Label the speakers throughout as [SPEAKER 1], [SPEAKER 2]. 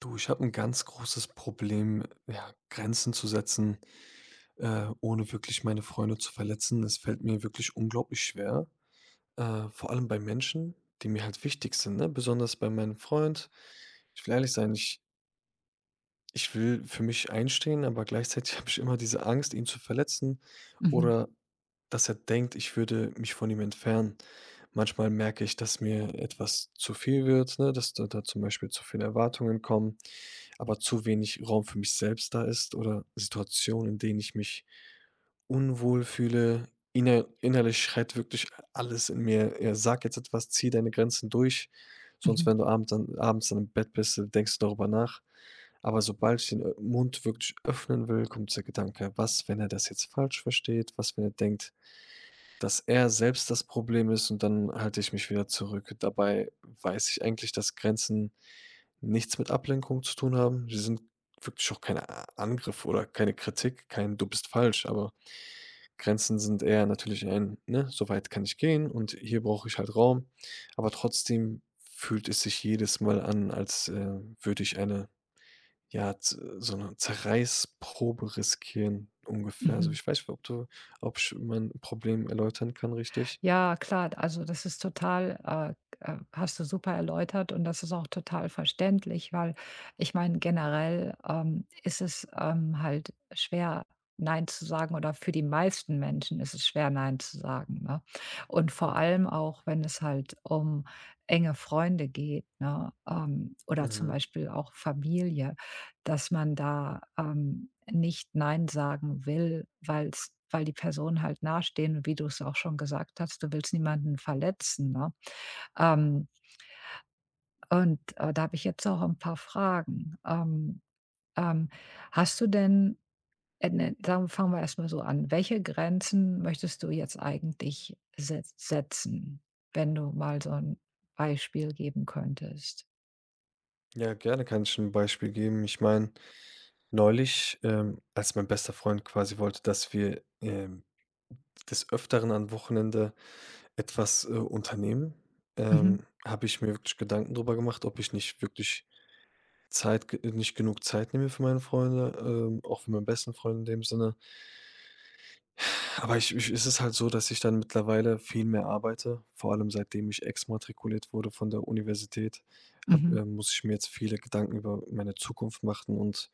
[SPEAKER 1] Du, ich habe ein ganz großes Problem, ja, Grenzen zu setzen, ohne wirklich meine Freunde zu verletzen. Es fällt mir wirklich unglaublich schwer, vor allem bei Menschen, die mir halt wichtig sind, ne? Besonders bei meinem Freund. Ich will ehrlich sein, ich will für mich einstehen, aber gleichzeitig habe ich immer diese Angst, ihn zu verletzen
[SPEAKER 2] Mhm,
[SPEAKER 1] oder dass er denkt, ich würde mich von ihm entfernen. Manchmal merke ich, dass mir etwas zu viel wird, ne, dass da zum Beispiel zu viele Erwartungen kommen, aber zu wenig Raum für mich selbst da ist oder Situationen, in denen ich mich unwohl fühle. Innerlich schreit wirklich alles in mir: „Ja, sag jetzt etwas, zieh deine Grenzen durch, sonst
[SPEAKER 2] mhm,
[SPEAKER 1] wenn du abends dann im Bett bist, denkst du darüber nach." Aber sobald ich den Mund wirklich öffnen will, kommt der Gedanke: „Was, wenn er das jetzt falsch versteht? Was, wenn er denkt, dass er selbst das Problem ist." Und dann halte ich mich wieder zurück. Dabei weiß ich eigentlich, dass Grenzen nichts mit Ablenkung zu tun haben. Sie sind wirklich auch kein A Angriff oder keine Kritik, kein „Du bist falsch", aber Grenzen sind eher natürlich ein, ne: „So weit kann ich gehen und hier brauche ich halt Raum." Aber trotzdem fühlt es sich jedes Mal an, als würde ich eine ja, z so eine Zerreißprobe riskieren ungefähr. Also,
[SPEAKER 2] mhm.
[SPEAKER 1] ich weiß nicht, ob du ob ich mein Problem erläutern kann, richtig?
[SPEAKER 2] Ja, klar, also das ist total, hast du super erläutert und das ist auch total verständlich, weil ich meine, generell ist es halt schwer, Nein zu sagen oder für die meisten Menschen ist es schwer, Nein zu sagen. Ne? Und vor allem auch, wenn es halt um enge Freunde geht, ne? Oder zum
[SPEAKER 1] Mhm.
[SPEAKER 2] Beispiel auch Familie. Dass man da, nicht nein sagen will, weil die Personen halt nahestehen und wie du es auch schon gesagt hast, du willst niemanden verletzen, ne? Ähm, und, da habe ich jetzt auch ein paar Fragen. Ähm, Hast du denn ne, fangen wir erst mal so an. Welche Grenzen möchtest du jetzt eigentlich setzen, wenn du mal so ein Beispiel geben könntest?
[SPEAKER 1] Ja, gerne kann ich ein Beispiel geben. Ich meine, neulich, als mein bester Freund quasi wollte, dass wir, des Öfteren an Wochenende etwas unternehmen,
[SPEAKER 2] Mhm,
[SPEAKER 1] habe ich mir wirklich Gedanken drüber gemacht, ob ich nicht wirklich Zeit ge nicht genug Zeit nehme für meine Freunde, auch für meinen besten Freund in dem Sinne. Aber ich ich es ist halt so, dass ich dann mittlerweile viel mehr arbeite. Vor allem seitdem ich exmatrikuliert wurde von der Universität, habe
[SPEAKER 2] mhm,
[SPEAKER 1] muss ich mir jetzt viele Gedanken über meine Zukunft machen und,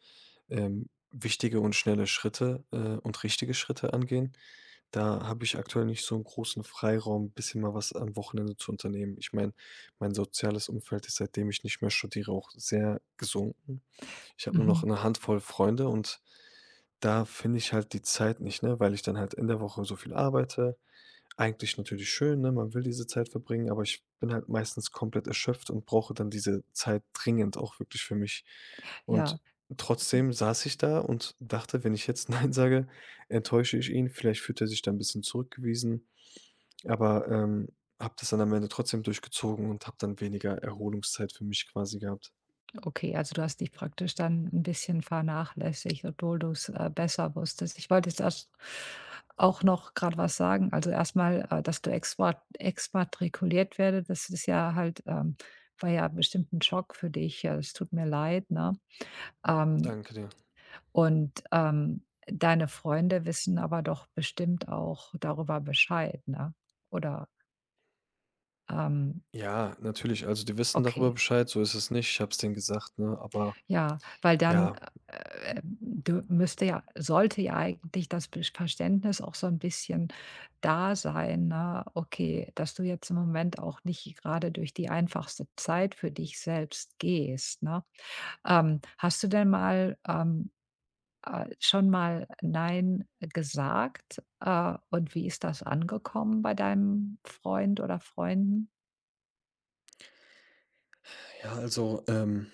[SPEAKER 1] ähm, wichtige und schnelle Schritte und richtige Schritte angehen. Da habe ich aktuell nicht so einen großen Freiraum, ein bisschen mal was am Wochenende zu unternehmen. Ich meine, mein soziales Umfeld ist, seitdem ich nicht mehr studiere, auch sehr gesunken. Ich habe nur noch
[SPEAKER 2] mhm.
[SPEAKER 1] eine Handvoll Freunde und da finde ich halt die Zeit nicht, ne, weil ich dann halt in der Woche so viel arbeite. Eigentlich natürlich schön, ne, man will diese Zeit verbringen, aber ich bin halt meistens komplett erschöpft und brauche dann diese Zeit dringend auch wirklich für mich.
[SPEAKER 2] Ja.
[SPEAKER 1] Und trotzdem saß ich da und dachte, wenn ich jetzt „nein" sage, enttäusche ich ihn. Vielleicht fühlt er sich da ein bisschen zurückgewiesen, aber, habe das dann am Ende trotzdem durchgezogen und habe dann weniger Erholungszeit für mich quasi gehabt.
[SPEAKER 2] Okay, also du hast dich praktisch dann ein bisschen vernachlässigt, obwohl du's, besser wusstest. Ich wollte jetzt erst auch noch gerade was sagen. Also erstmal, dass du exmatrikuliert werde, das ist ja halt, war ja bestimmt ein Schock für dich. Ja, es tut mir leid, ne? Ähm,
[SPEAKER 1] Danke dir.
[SPEAKER 2] und, deine Freunde wissen aber doch bestimmt auch darüber Bescheid, ne? Oder, ähm
[SPEAKER 1] Ja, natürlich. Also, die wissen darüber
[SPEAKER 2] okay.
[SPEAKER 1] Bescheid, so ist es nicht. Ich habe es denen gesagt, ne? Aber
[SPEAKER 2] Ja, weil dann,
[SPEAKER 1] ja,
[SPEAKER 2] dü müsste ja sollte ja eigentlich das Bes Verständnis auch so ein bisschen da sein, ne? Okay, dass du jetzt im Moment auch nicht gerade durch die einfachste Zeit für dich selbst gehst, ne? Hast du denn mal, schon mal „Nein" gesagt? Und wie ist das angekommen bei deinem Freund oder Freunden?
[SPEAKER 1] ja, also,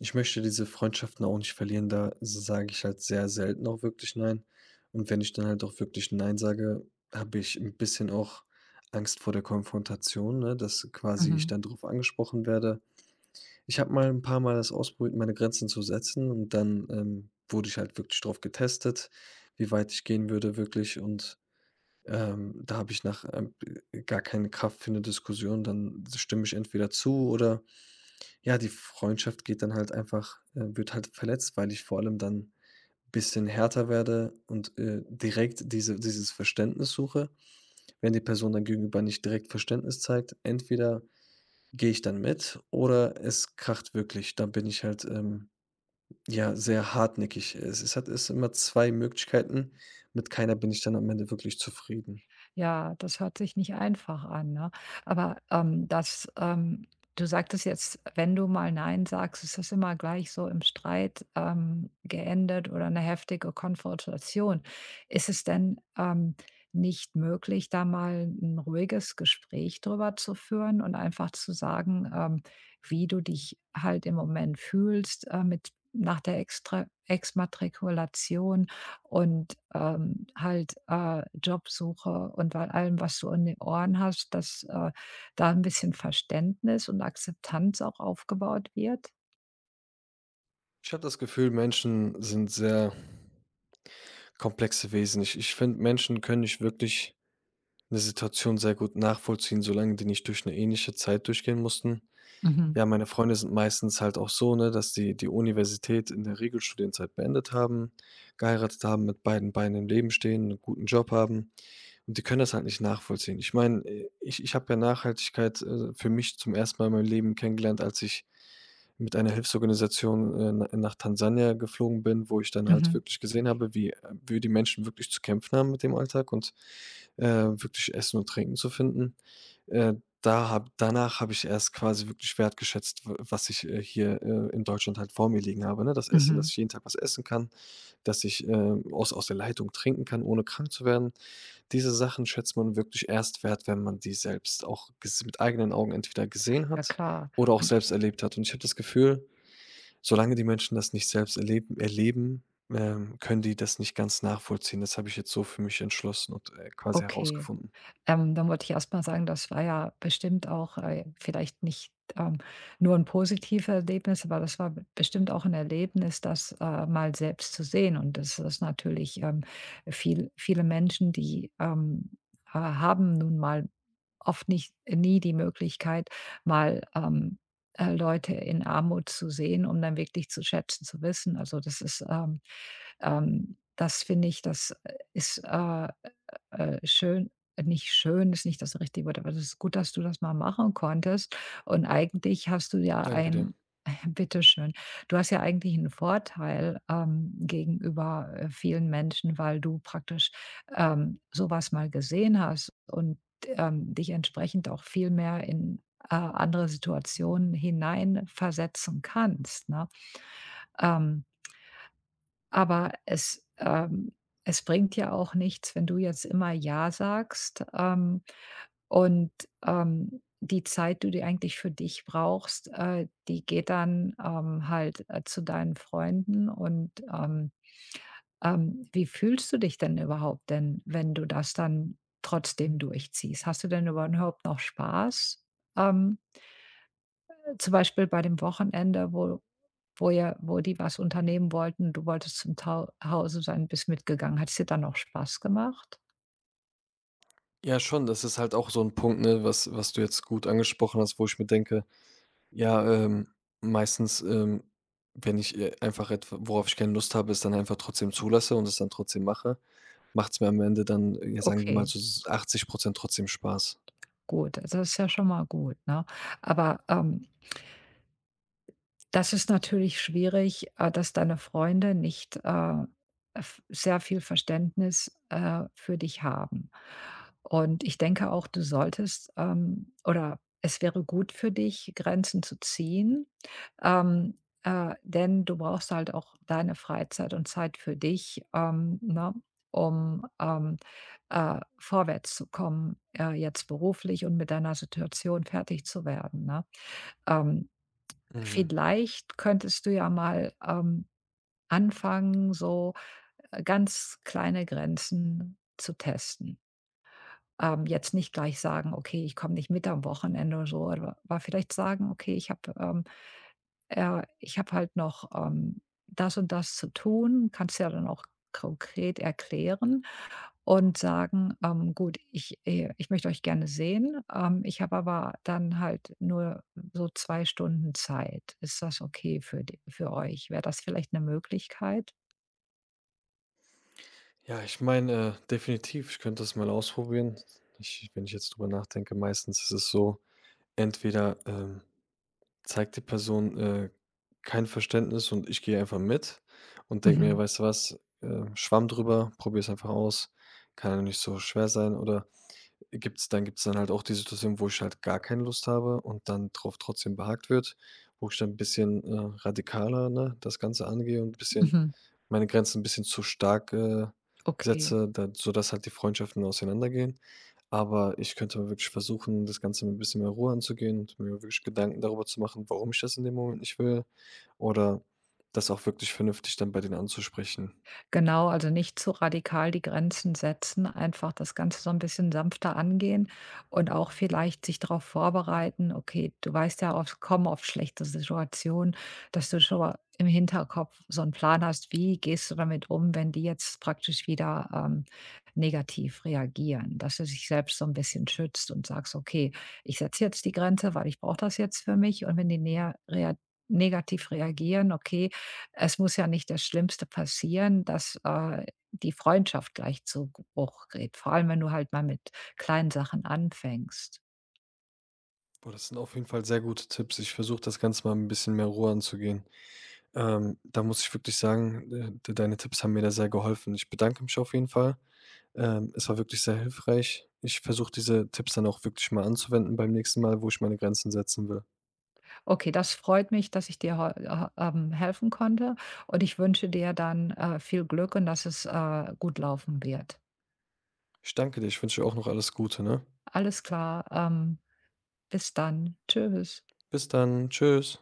[SPEAKER 1] ich möchte diese Freundschaften auch nicht verlieren. Da sage ich halt sehr selten auch wirklich nein. Und wenn ich dann halt auch wirklich nein sage, habe ich ein bisschen auch Angst vor der Konfrontation, ne, dass quasi ich
[SPEAKER 2] Mhm.
[SPEAKER 1] dann darauf angesprochen werde. Ich habe mal ein paar Mal das ausprobiert, meine Grenzen zu setzen und dann, wurde ich halt wirklich drauf getestet, wie weit ich gehen würde wirklich. Und da habe ich nach gar keine Kraft für eine Diskussion, dann stimme ich entweder zu oder ja, die Freundschaft geht dann halt einfach, wird halt verletzt, weil ich vor allem dann bisschen härter werde und direkt dieses Verständnis suche. Wenn die Person dann gegenüber nicht direkt Verständnis zeigt, entweder gehe ich dann mit oder es kracht wirklich. Dann bin ich halt, ja, sehr hartnäckig. Es sind immer 2 Möglichkeiten. Mit keiner bin ich dann am Ende wirklich zufrieden.
[SPEAKER 2] Ja, das hört sich nicht einfach an, ne? Aber, das, du sagtest jetzt, wenn du mal „Nein" sagst, ist das immer gleich so im Streit, geendet oder eine heftige Konfrontation. Ist es denn, nicht möglich, da mal ein ruhiges Gespräch drüber zu führen und einfach zu sagen, wie du dich halt im Moment fühlst, mit nach der Extra Exmatrikulation, und, halt, Jobsuche und bei allem, was du in den Ohren hast, dass, da ein bisschen Verständnis und Akzeptanz auch aufgebaut wird?
[SPEAKER 1] Ich habe das Gefühl, Menschen sind sehr komplexe Wesen. Ich finde, Menschen können nicht wirklich eine Situation sehr gut nachvollziehen, solange die nicht durch eine ähnliche Zeit durchgehen mussten.
[SPEAKER 2] Mhm,
[SPEAKER 1] Ja, meine Freunde sind meistens halt auch so, ne, dass die die Universität in der Regelstudienzeit beendet haben, geheiratet haben, mit beiden Beinen im Leben stehen, einen guten Job haben und die können das halt nicht nachvollziehen. Ich meine, ich habe ja Nachhaltigkeit, für mich zum ersten Mal in meinem Leben kennengelernt, als ich mit einer Hilfsorganisation, nach Tansania geflogen bin, wo ich dann halt
[SPEAKER 2] mhm,
[SPEAKER 1] wirklich gesehen habe, wie die Menschen wirklich zu kämpfen haben mit dem Alltag und, wirklich Essen und Trinken zu finden. Äh, da habe Danach habe ich erst quasi wirklich wertgeschätzt, w was ich, hier, in Deutschland halt vor mir liegen habe, ne? Das Essen,
[SPEAKER 2] mhm.
[SPEAKER 1] dass ich jeden Tag was essen kann, dass ich, aus der Leitung trinken kann, ohne krank zu werden. Diese Sachen schätzt man wirklich erst wert, wenn man die selbst auch ges mit eigenen Augen entweder gesehen
[SPEAKER 2] Ja
[SPEAKER 1] hat
[SPEAKER 2] klar,
[SPEAKER 1] oder auch selbst erlebt hat. Und ich habe das Gefühl, solange die Menschen das nicht selbst erleben, können die das nicht ganz nachvollziehen. Das habe ich jetzt so für mich entschlossen und, quasi
[SPEAKER 2] okay.
[SPEAKER 1] herausgefunden.
[SPEAKER 2] Dann wollte ich erst mal sagen, das war ja bestimmt auch, vielleicht nicht, ähm, nur ein positives Erlebnis, aber das war b bestimmt auch ein Erlebnis, das, mal selbst zu sehen. Und das ist natürlich, viele Menschen, die, haben nun mal oft nicht nie die Möglichkeit, mal, Leute in Armut zu sehen, um dann wirklich zu schätzen zu wissen. Also, das ist, das finde ich, das ist, schön nicht schön ist nicht das richtige Wort, aber es ist gut, dass du das mal machen konntest. Und eigentlich hast du ja
[SPEAKER 1] Danke dir.
[SPEAKER 2] ein bitteschön. Du hast ja eigentlich einen Vorteil, gegenüber, vielen Menschen, weil du praktisch, so mal gesehen hast und, dich entsprechend auch viel mehr in, andere Situationen hineinversetzen kannst, ne? Ähm aber es, es bringt ja auch nichts, wenn du jetzt immer „ja" sagst, und, die Zeit, die du eigentlich für dich brauchst, die geht dann, halt, zu deinen Freunden und, wie fühlst du dich denn überhaupt denn, wenn du das dann trotzdem durchziehst? Hast du denn überhaupt noch Spaß? Ähm, Zum Beispiel bei dem Wochenende, wo die was unternehmen wollten. Du wolltest zum Tau Hause sein, bist mitgegangen. Hat es dir dann auch Spaß gemacht?
[SPEAKER 1] Ja schon, das ist halt auch so ein Punkt, ne, was du jetzt gut angesprochen hast, wo ich mir denke: Ja, meistens, wenn ich, einfach etwa worauf ich keine Lust habe, es dann einfach trotzdem zulasse und es dann trotzdem mache, macht's mir am Ende dann, ja, sagen wir mal,
[SPEAKER 2] Okay,
[SPEAKER 1] zu so 80% trotzdem Spaß.
[SPEAKER 2] gut. Also, das ist ja schon mal gut, ne? Aber, das ist natürlich schwierig, dass deine Freunde nicht, f sehr viel Verständnis, für dich haben. Und ich denke auch, du solltest, oder es wäre gut für dich, Grenzen zu ziehen, denn du brauchst halt auch deine Freizeit und Zeit für dich, ne, um, vorwärts zu kommen, jetzt beruflich und mit deiner Situation fertig zu werden, ne? Ähm,
[SPEAKER 1] Mhm.
[SPEAKER 2] Vielleicht könntest du ja mal, anfangen, so, ganz kleine Grenzen zu testen. Jetzt nicht gleich sagen: „Okay, ich komme nicht mit am Wochenende" oder so, aber vielleicht sagen: „Okay, ich habe halt noch, das und das zu tun." Kannst ja dann auch konkret erklären und sagen: gut, ich ich möchte euch gerne sehen, ich habe aber dann halt nur so 2 Stunden Zeit. Ist das okay für euch?" Wäre das vielleicht eine Möglichkeit?
[SPEAKER 1] Ja, ich meine, definitiv, ich könnte das mal ausprobieren. Ich Wenn ich jetzt drüber nachdenke, meistens ist es so, entweder, zeigt die Person, kein Verständnis und ich gehe einfach mit und denke mir:
[SPEAKER 2] Mhm,
[SPEAKER 1] „Weißt du was, Schwamm drüber, probier's einfach aus, kann ja nicht so schwer sein." Oder gibt's dann halt auch die Situation, wo ich halt gar keine Lust habe und dann drauf trotzdem behagt wird, wo ich dann ein bisschen, radikaler, ne, das Ganze angehe und ein bisschen
[SPEAKER 2] mhm,
[SPEAKER 1] meine Grenzen ein bisschen zu stark,
[SPEAKER 2] okay.
[SPEAKER 1] setze, da sodass halt die Freundschaften auseinandergehen. Aber ich könnte mal wirklich versuchen, das Ganze mit ein bisschen mehr Ruhe anzugehen und mir wirklich Gedanken darüber zu machen, warum ich das in dem Moment nicht will oder das auch wirklich vernünftig dann bei denen anzusprechen.
[SPEAKER 2] Genau, also nicht zu radikal die Grenzen setzen, einfach das Ganze so ein bisschen sanfter angehen und auch vielleicht sich darauf vorbereiten: „Okay, du weißt ja, oft schlechte Situationen", dass du schon mal im Hinterkopf so einen Plan hast, wie gehst du damit um, wenn die jetzt praktisch wieder, negativ reagieren, dass du dich selbst so ein bisschen schützt und sagst: „Okay, ich setze jetzt die Grenze, weil ich brauche das jetzt für mich und wenn die näher rea negativ reagieren, okay, es muss ja nicht das Schlimmste passieren, dass, die Freundschaft gleich zu Bruch geht, vor allem, wenn du halt mal mit kleinen Sachen anfängst.
[SPEAKER 1] Boah, das sind auf jeden Fall sehr gute Tipps. Ich versuche das Ganze mal mit 'n bisschen mehr Ruhe anzugehen. Da muss ich wirklich sagen, de deine Tipps haben mir da sehr geholfen. Ich bedanke mich auf jeden Fall. Es war wirklich sehr hilfreich. Ich versuche, diese Tipps dann auch wirklich mal anzuwenden beim nächsten Mal, wo ich meine Grenzen setzen will.
[SPEAKER 2] Okay, das freut mich, dass ich dir heu helfen konnte und ich wünsche dir dann, viel Glück und dass es, gut laufen wird.
[SPEAKER 1] Ich danke dir. Ich wünsche dir auch noch alles Gute, ne?
[SPEAKER 2] Alles klar, bis dann. Tschüss.
[SPEAKER 1] Bis dann. Tschüss.